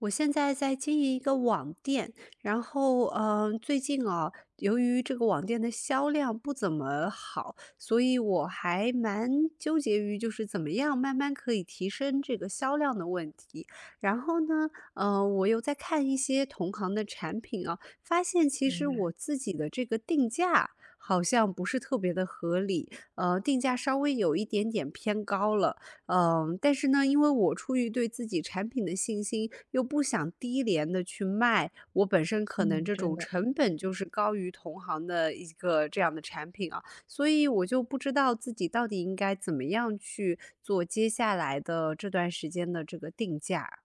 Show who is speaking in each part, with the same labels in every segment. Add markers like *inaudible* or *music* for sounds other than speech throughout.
Speaker 1: 我现在在经营一个网店，然后，最近啊，由于这个网店的销量不怎么好，所以我还蛮纠结于就是怎么样慢慢可以提升这个销量的问题。然后呢，我又在看一些同行的产品啊，发现其
Speaker 2: 明
Speaker 1: 实
Speaker 2: 白。
Speaker 1: 我自己的这个定价好像不是特别的合理，定价稍微有一点点偏高了。但是呢，因为我出于对自己产品的信心，又不想低廉的去卖，我本身可能
Speaker 2: 嗯，
Speaker 1: 这
Speaker 2: 真
Speaker 1: 种
Speaker 2: 的，
Speaker 1: 成本就是高于同行的一个这样的产品啊，所以我就不知道自己到底应该怎么样去做接下来的这段时间的这个定价。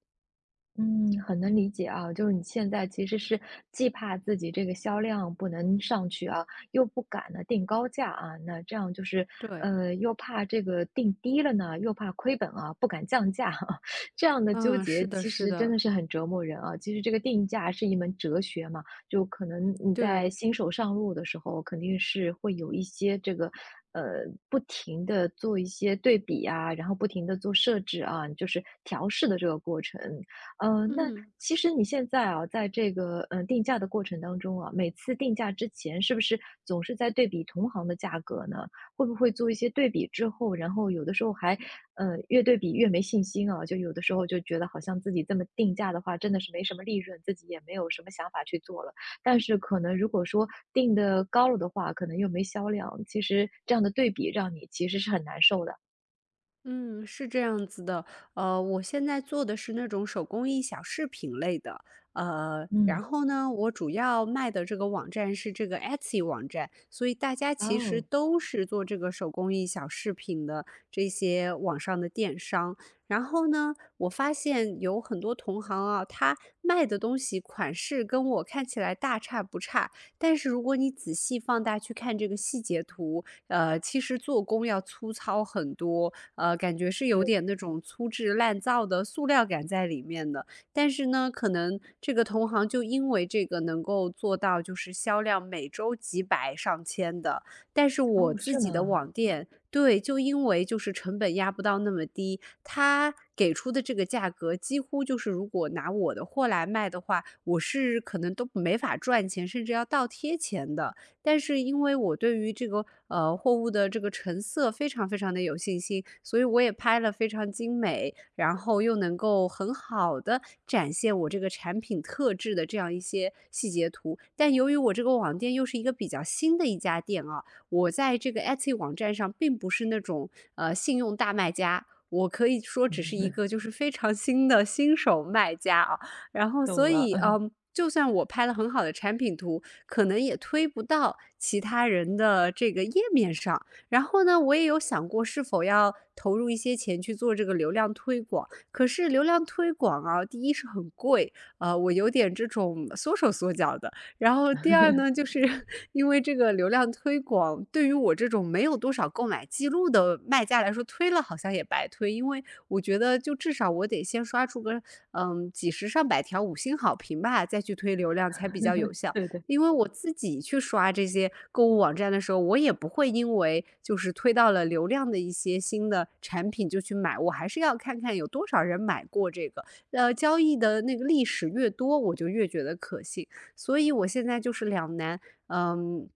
Speaker 2: 嗯，很能理解啊。就是你现在其实是既怕自己这个销量不能上去啊，又不敢呢定高价啊，那这样就是
Speaker 1: 对，
Speaker 2: 又怕这个定低了呢，又怕亏本啊，不敢降价啊，*laughs* 这样的纠
Speaker 1: 嗯，是
Speaker 2: 结
Speaker 1: 的，
Speaker 2: 其
Speaker 1: 是
Speaker 2: 实真
Speaker 1: 的，
Speaker 2: 的是很折磨人啊。其实这个定价是一门哲学嘛，就可能你在
Speaker 1: 对，
Speaker 2: 新手上路的时候，肯定是会有一些这个。呃，不停的做一些对比啊，然后不停的做设置啊，就是调试的这个过程。那
Speaker 1: 嗯。
Speaker 2: 其实你现在啊，在这个定价的过程当中啊，每次定价之前，是不是总是在对比同行的价格呢？会不会做一些对比之后，然后有的时候还，越对比越没信心啊？就有的时候就觉得好像自己这么定价的话，真的是没什么利润，自己也没有什么想法去做了。但是可能如果说定的高了的话，可能又没销量，其实这样的对比让你其实是很难受的。
Speaker 1: 嗯，是这样子的，我现在做的是那种手工艺小饰品类的，然
Speaker 2: 嗯。
Speaker 1: 后呢，我主要卖的这个网站是这个 Etsy 网站，所以大家其实
Speaker 2: 哦。
Speaker 1: 都是做这个手工艺小饰品的这些网上的电商。然后呢，我发现有很多同行啊，他卖的东西款式跟我看起来大差不差，但是如果你仔细放大去看这个细节图，其实做工要粗糙很多。感觉是有
Speaker 2: 对。
Speaker 1: 点那种粗制滥造的塑料感在里面的。但是呢，可能这个同行就因为这个能够做到就是销量每周几百上千的，但是我
Speaker 2: 哦，
Speaker 1: 自
Speaker 2: 是
Speaker 1: 己的
Speaker 2: 吗？
Speaker 1: 网店，对，就因为就是成本压不到那么低，他给出的这个价格几乎就是如果拿我的货来卖的话，我是可能都没法赚钱，甚至要倒贴钱的。但是因为我对于这个货物的这个成色非常非常的有信心，所以我也拍了非常精美，然后又能够很好的展现我这个产品特质的这样一些细节图。但由于我这个网店又是一个比较新的一家店啊，我在这个 Etsy 网站上并不是那种信用大卖家。我可以说只是一个
Speaker 2: *laughs*
Speaker 1: 就是非常新的新手卖家啊，然后所
Speaker 2: 懂了。
Speaker 1: 以就算我拍了很好的产品图，可能也推不到其他人的这个页面上。然后呢，我也有想过是否要投入一些钱去做这个流量推广，可是流量推广啊，第一是很贵，我有点这种缩手缩脚的。然后第二呢，就是 *laughs* 因为这个流量推广对于我这种没有多少购买记录的卖家来说，推了好像也白推，因为我觉得就至少我得先刷出个几十上百条5星好评吧，再去推流量才比较有效。
Speaker 2: 对对。
Speaker 1: 因为我自己去刷这些购物网站的时候，我也不会因为就是推到了流量的一些新的产品就去买，我还是要看看有多少人买过这个。交易的那个历史越多，我就越觉得可信。所以我现在就是两难，嗯，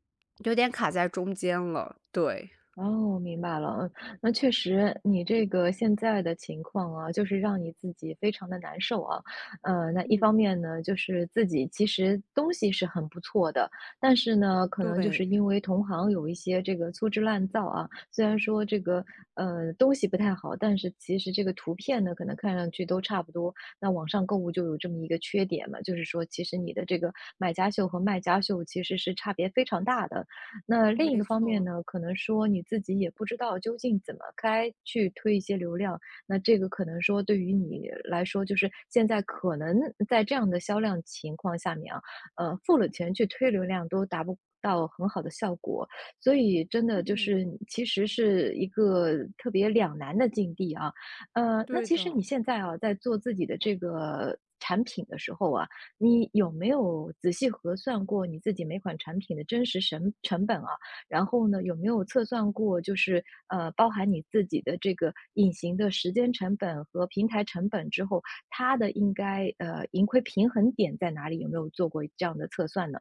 Speaker 1: 有点卡在中间了。对，
Speaker 2: 哦，明白了。嗯，那确实你这个现在的情况啊，就是让你自己非常的难受啊。那一
Speaker 1: 嗯，
Speaker 2: 方面呢，就是自己其实东西是很不错的，但是呢，可能就是
Speaker 1: 对，
Speaker 2: 因为同行有一些这个粗制滥造啊，虽然说这个，东西不太好，但是其实这个图片呢，可能看上去都差不多。那网上购物就有这么一个缺点嘛，就是说其实你的这个买家秀和卖家秀其实是差别非常大的。那另一
Speaker 1: 没
Speaker 2: 个方面
Speaker 1: 错，
Speaker 2: 呢，可能说你自己也不知道究竟怎么该去推一些流量，那这个可能说对于你来说，就是现在可能在这样的销量情况下面啊，付了钱去推流量都达不到很好的效果，所以真的就
Speaker 1: 嗯，
Speaker 2: 是其实是一个特别两难的境地啊。那
Speaker 1: 对
Speaker 2: 其实
Speaker 1: 的。
Speaker 2: 你现在啊，在做自己的这个产品的时候啊，你有没有仔细核算过你自己每款产品的真实成本啊？然后呢，有没有测算过就是包含你自己的这个隐形的时间成本和平台成本之后，它的应该盈亏平衡点在哪里？有没有做过这样的测算呢？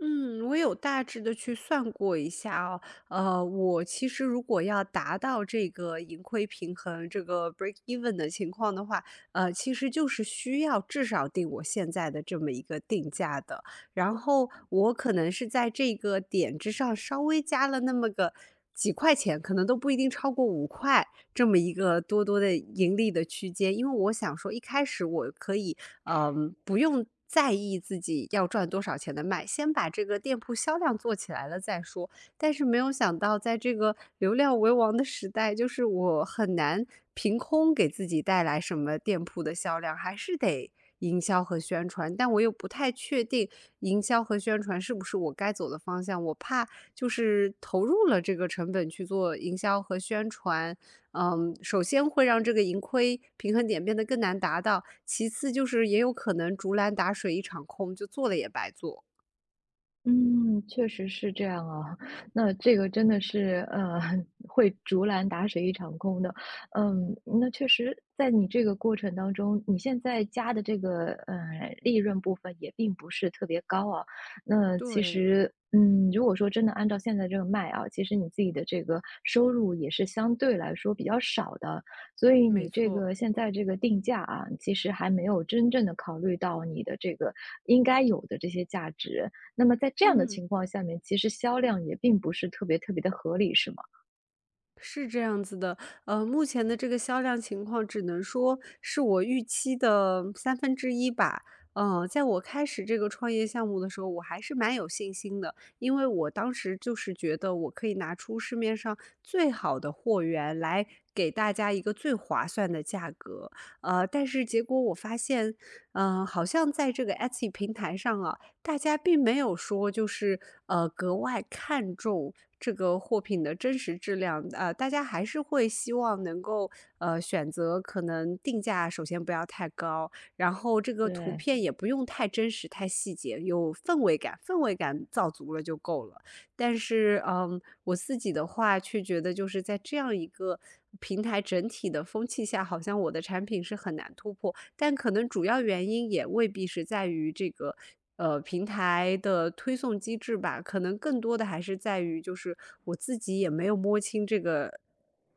Speaker 1: 嗯，我有大致的去算过一下哦。我其实如果要达到这个盈亏平衡，这个 break even 的情况的话，其实就是需要至少定我现在的这么一个定价的。然后我可能是在这个点之上稍微加了那么个几块钱，可能都不一定超过5块。这么一个多多的盈利的区间。因为我想说一开始我可以，不用在意自己要赚多少钱的卖，先把这个店铺销量做起来了再说。但是没有想到，在这个流量为王的时代，就是我很难凭空给自己带来什么店铺的销量，还是得营销和宣传。但我又不太确定营销和宣传是不是我该走的方向，我怕就是投入了这个成本去做营销和宣传，首先会让这个盈亏平衡点变得更难达到，其次就是也有可能竹篮打水一场空，就做了也白做。
Speaker 2: 嗯，确实是这样啊，*laughs* 那这个真的是，*laughs* 会竹篮打水一场空的。嗯，那确实在你这个过程当中，你现在加的这个，利润部分也并不是特别高啊。那其
Speaker 1: 对，
Speaker 2: 实，嗯，如果说真的按照现在这个卖啊，其实你自己的这个收入也是相对来说比较少的，所以
Speaker 1: 没
Speaker 2: 你这
Speaker 1: 错，
Speaker 2: 个现在这个定价啊，其实还没有真正的考虑到你的这个应该有的这些价值。那么在这样的
Speaker 1: 嗯。
Speaker 2: 情况下面，其实销量也并不是特别特别的合理，是吗？
Speaker 1: 是这样子的，目前的这个销量情况只能说是我预期的1/3吧。在我开始这个创业项目的时候，我还是蛮有信心的，因为我当时就是觉得我可以拿出市面上最好的货源来给大家一个最划算的价格。但是结果我发现，好像在这个 Etsy 平台上啊，大家并没有说就是，格外看重这个货品的真实质量，大家还是会希望能够，选择可能定价首先不要太高，然后这个图
Speaker 2: 对。
Speaker 1: 片也不用太真实、太细节，有氛围感，氛围感造足了就够了。但是，我自己的话却觉得就是在这样一个平台整体的风气下，好像我的产品是很难突破。但可能主要原因也未必是在于这个，平台的推送机制吧，可能更多的还是在于就是我自己也没有摸清这个，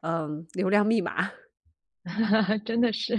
Speaker 1: 流量密码。*laughs*
Speaker 2: *laughs* 真的是，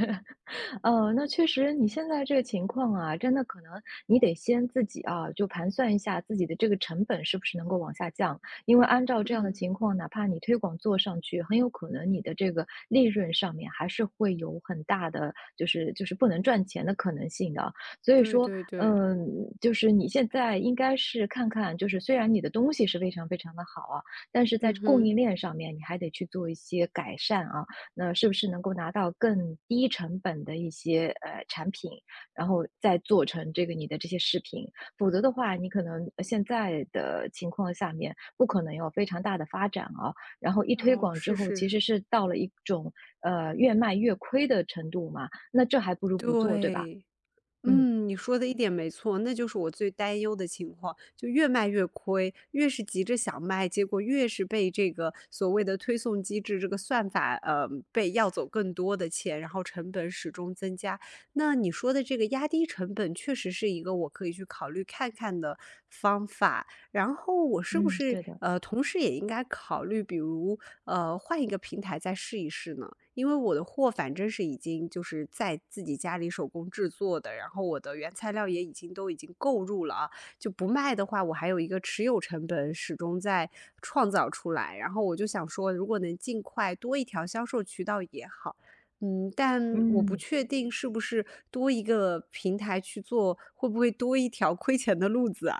Speaker 2: 那确实你现在这个情况啊，真的可能你得先自己啊，就盘算一下自己的这个成本是不是能够往下降，因为按照这样的
Speaker 1: 嗯，
Speaker 2: 情况，哪怕你推广做上去，很有可能你的这个利润上面还是会有很大的，就是不能赚钱的可能性的。所以
Speaker 1: 对
Speaker 2: 说，
Speaker 1: 对对，
Speaker 2: 嗯，就是你现在应该是看看，就是虽然你的东西是非常非常的好啊，但是在
Speaker 1: 嗯
Speaker 2: 供
Speaker 1: 哼，
Speaker 2: 应链上面你还得去做一些改善啊。那是不是能够拿到更低成本的一些产品，然后再做成这个你的这些视频？否则的话，你可能现在的情况下面不可能有非常大的发展啊。然后一
Speaker 1: 然
Speaker 2: 推
Speaker 1: 后
Speaker 2: 广
Speaker 1: 是
Speaker 2: 之后，其
Speaker 1: 是。
Speaker 2: 实是到了一种越卖越亏的程度嘛，那这还不如不做，对吧？
Speaker 1: 对。
Speaker 2: 嗯
Speaker 1: 你说的一点没错，那就是我最担忧的情况，就越卖越亏，越是急着想卖，结果越是被这个所谓的推送机制，这个算法，被要走更多的钱，然后成本始终增加。那你说的这个压低成本，确实是一个我可以去考虑看看的方法。然后我是不
Speaker 2: 嗯，
Speaker 1: 是
Speaker 2: 对的，
Speaker 1: 同时也应该考虑，比如换一个平台再试一试呢？因为我的货反正是已经就是在自己家里手工制作的，然后我的原材料也已经都已经购入了啊，就不卖的话，我还有一个持有成本始终在创造出来。然后我就想说，如果能尽快多一条销售渠道也好。但我不
Speaker 2: 嗯。
Speaker 1: 确定是不是多一个平台去做，会不会多一条亏钱的路子啊？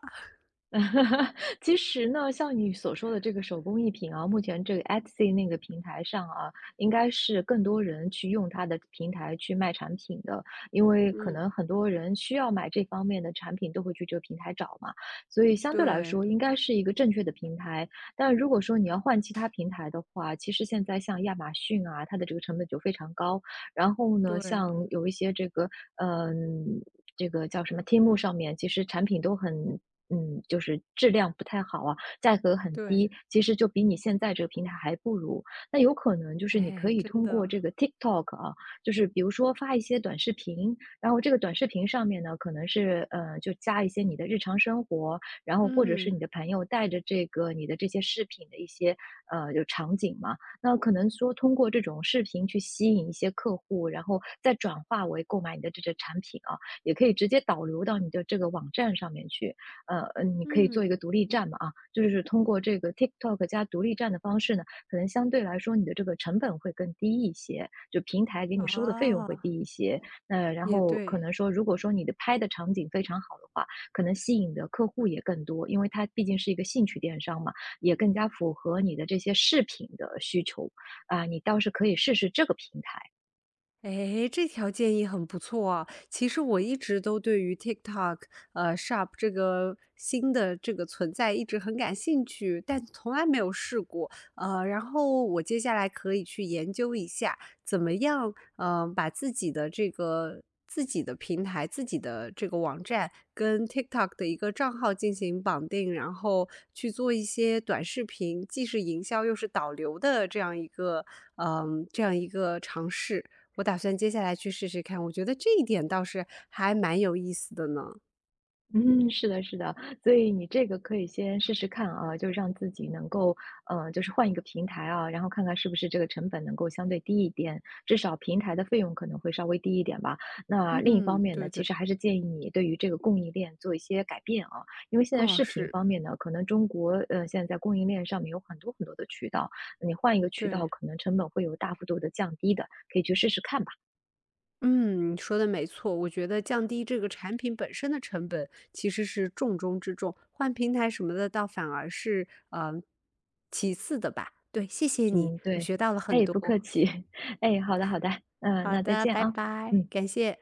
Speaker 2: *laughs* 其实呢，像你所说的这个手工艺品啊，目前这个 Etsy 那个平台上啊，应该是更多人去用它的平台去卖产品的，因为可
Speaker 1: 嗯，
Speaker 2: 能很多人需要买这方面的产品，都会去这个平台找嘛，所以相对来
Speaker 1: 对
Speaker 2: 说应该是一个正确的平台。但如果说你要换其他平台的话，其实现在像亚马逊啊，它的这个成本就非常高，然后呢，
Speaker 1: 对
Speaker 2: 像有一些这个，嗯、这个叫什么 Temu 上面，其实产品都很嗯，就是质量不太好啊，价格很
Speaker 1: 对，
Speaker 2: 低，其实就比你现在这个平台还不如。那有可能就是你可
Speaker 1: 哎，
Speaker 2: 以
Speaker 1: 真
Speaker 2: 通过
Speaker 1: 的，
Speaker 2: 这个 TikTok 啊，就是比如说发一些短视频，然后这个短视频上面呢，可能是就加一些你的日常生活，然后或者是
Speaker 1: 嗯
Speaker 2: 你的朋友带着这个你的这些饰品的一些就场景嘛，那可能说通过这种视频去吸引一些客户，然后再转化为购买你的这个产品啊，也可以直接导流到你的这个网站上面去。你可以做一
Speaker 1: 嗯，
Speaker 2: 个独立站嘛啊，就是通过这个 TikTok 加独立站的方式呢，可能相对来说你的这个成本会更低一些，就平台给你收的费用会
Speaker 1: 啊，
Speaker 2: 低一些。然
Speaker 1: 也
Speaker 2: 后可
Speaker 1: 对。
Speaker 2: 能说，如果说你的拍的场景非常好的话，可能吸引的客户也更多，因为它毕竟是一个兴趣电商嘛，也更加符合你的这些饰品的需求，啊，你倒是可以试试这个平台。
Speaker 1: 诶，这条建议很不错啊。其实我一直都对于 TikTok，Shop 这个新的这个存在一直很感兴趣，但从来没有试过。然后我接下来可以去研究一下，怎么样，把自己的这个自己的平台、自己的这个网站跟 TikTok 的一个账号进行绑定，然后去做一些短视频，既是营销又是导流的这样一个，尝试。我打算接下来去试试看，我觉得这一点倒是还蛮有意思的呢。
Speaker 2: 嗯，是的，是的，所以你这个可以先试试看啊，就是让自己能够，就是换一个平台啊，然后看看是不是这个成本能够相对低一点，至少平台的费用可能会稍微低一点吧。那另一方
Speaker 1: 嗯，
Speaker 2: 面
Speaker 1: 对
Speaker 2: 呢，其
Speaker 1: 对，
Speaker 2: 实还是建议你对于这个供应链做一些改变啊，因为现在
Speaker 1: 哦，
Speaker 2: 视频
Speaker 1: 是，
Speaker 2: 方面呢，可能中国现在在供应链上面有很多很多的渠道，你换一个渠道，
Speaker 1: 对，
Speaker 2: 可能成本会有大幅度的降低的，可以去试试看吧。
Speaker 1: 嗯，你说的没错，我觉得降低这个产品本身的成本其实是重中之重，换平台什么的倒反而是其次的吧。对，谢谢你，
Speaker 2: 嗯，
Speaker 1: 我
Speaker 2: 对。
Speaker 1: 学到了很
Speaker 2: 哎，
Speaker 1: 多。
Speaker 2: 不客气。*laughs* 哎，好的好的，嗯，
Speaker 1: 好
Speaker 2: 那再
Speaker 1: 的，
Speaker 2: 见
Speaker 1: 拜
Speaker 2: 啊，
Speaker 1: 拜，
Speaker 2: 嗯。
Speaker 1: 感谢。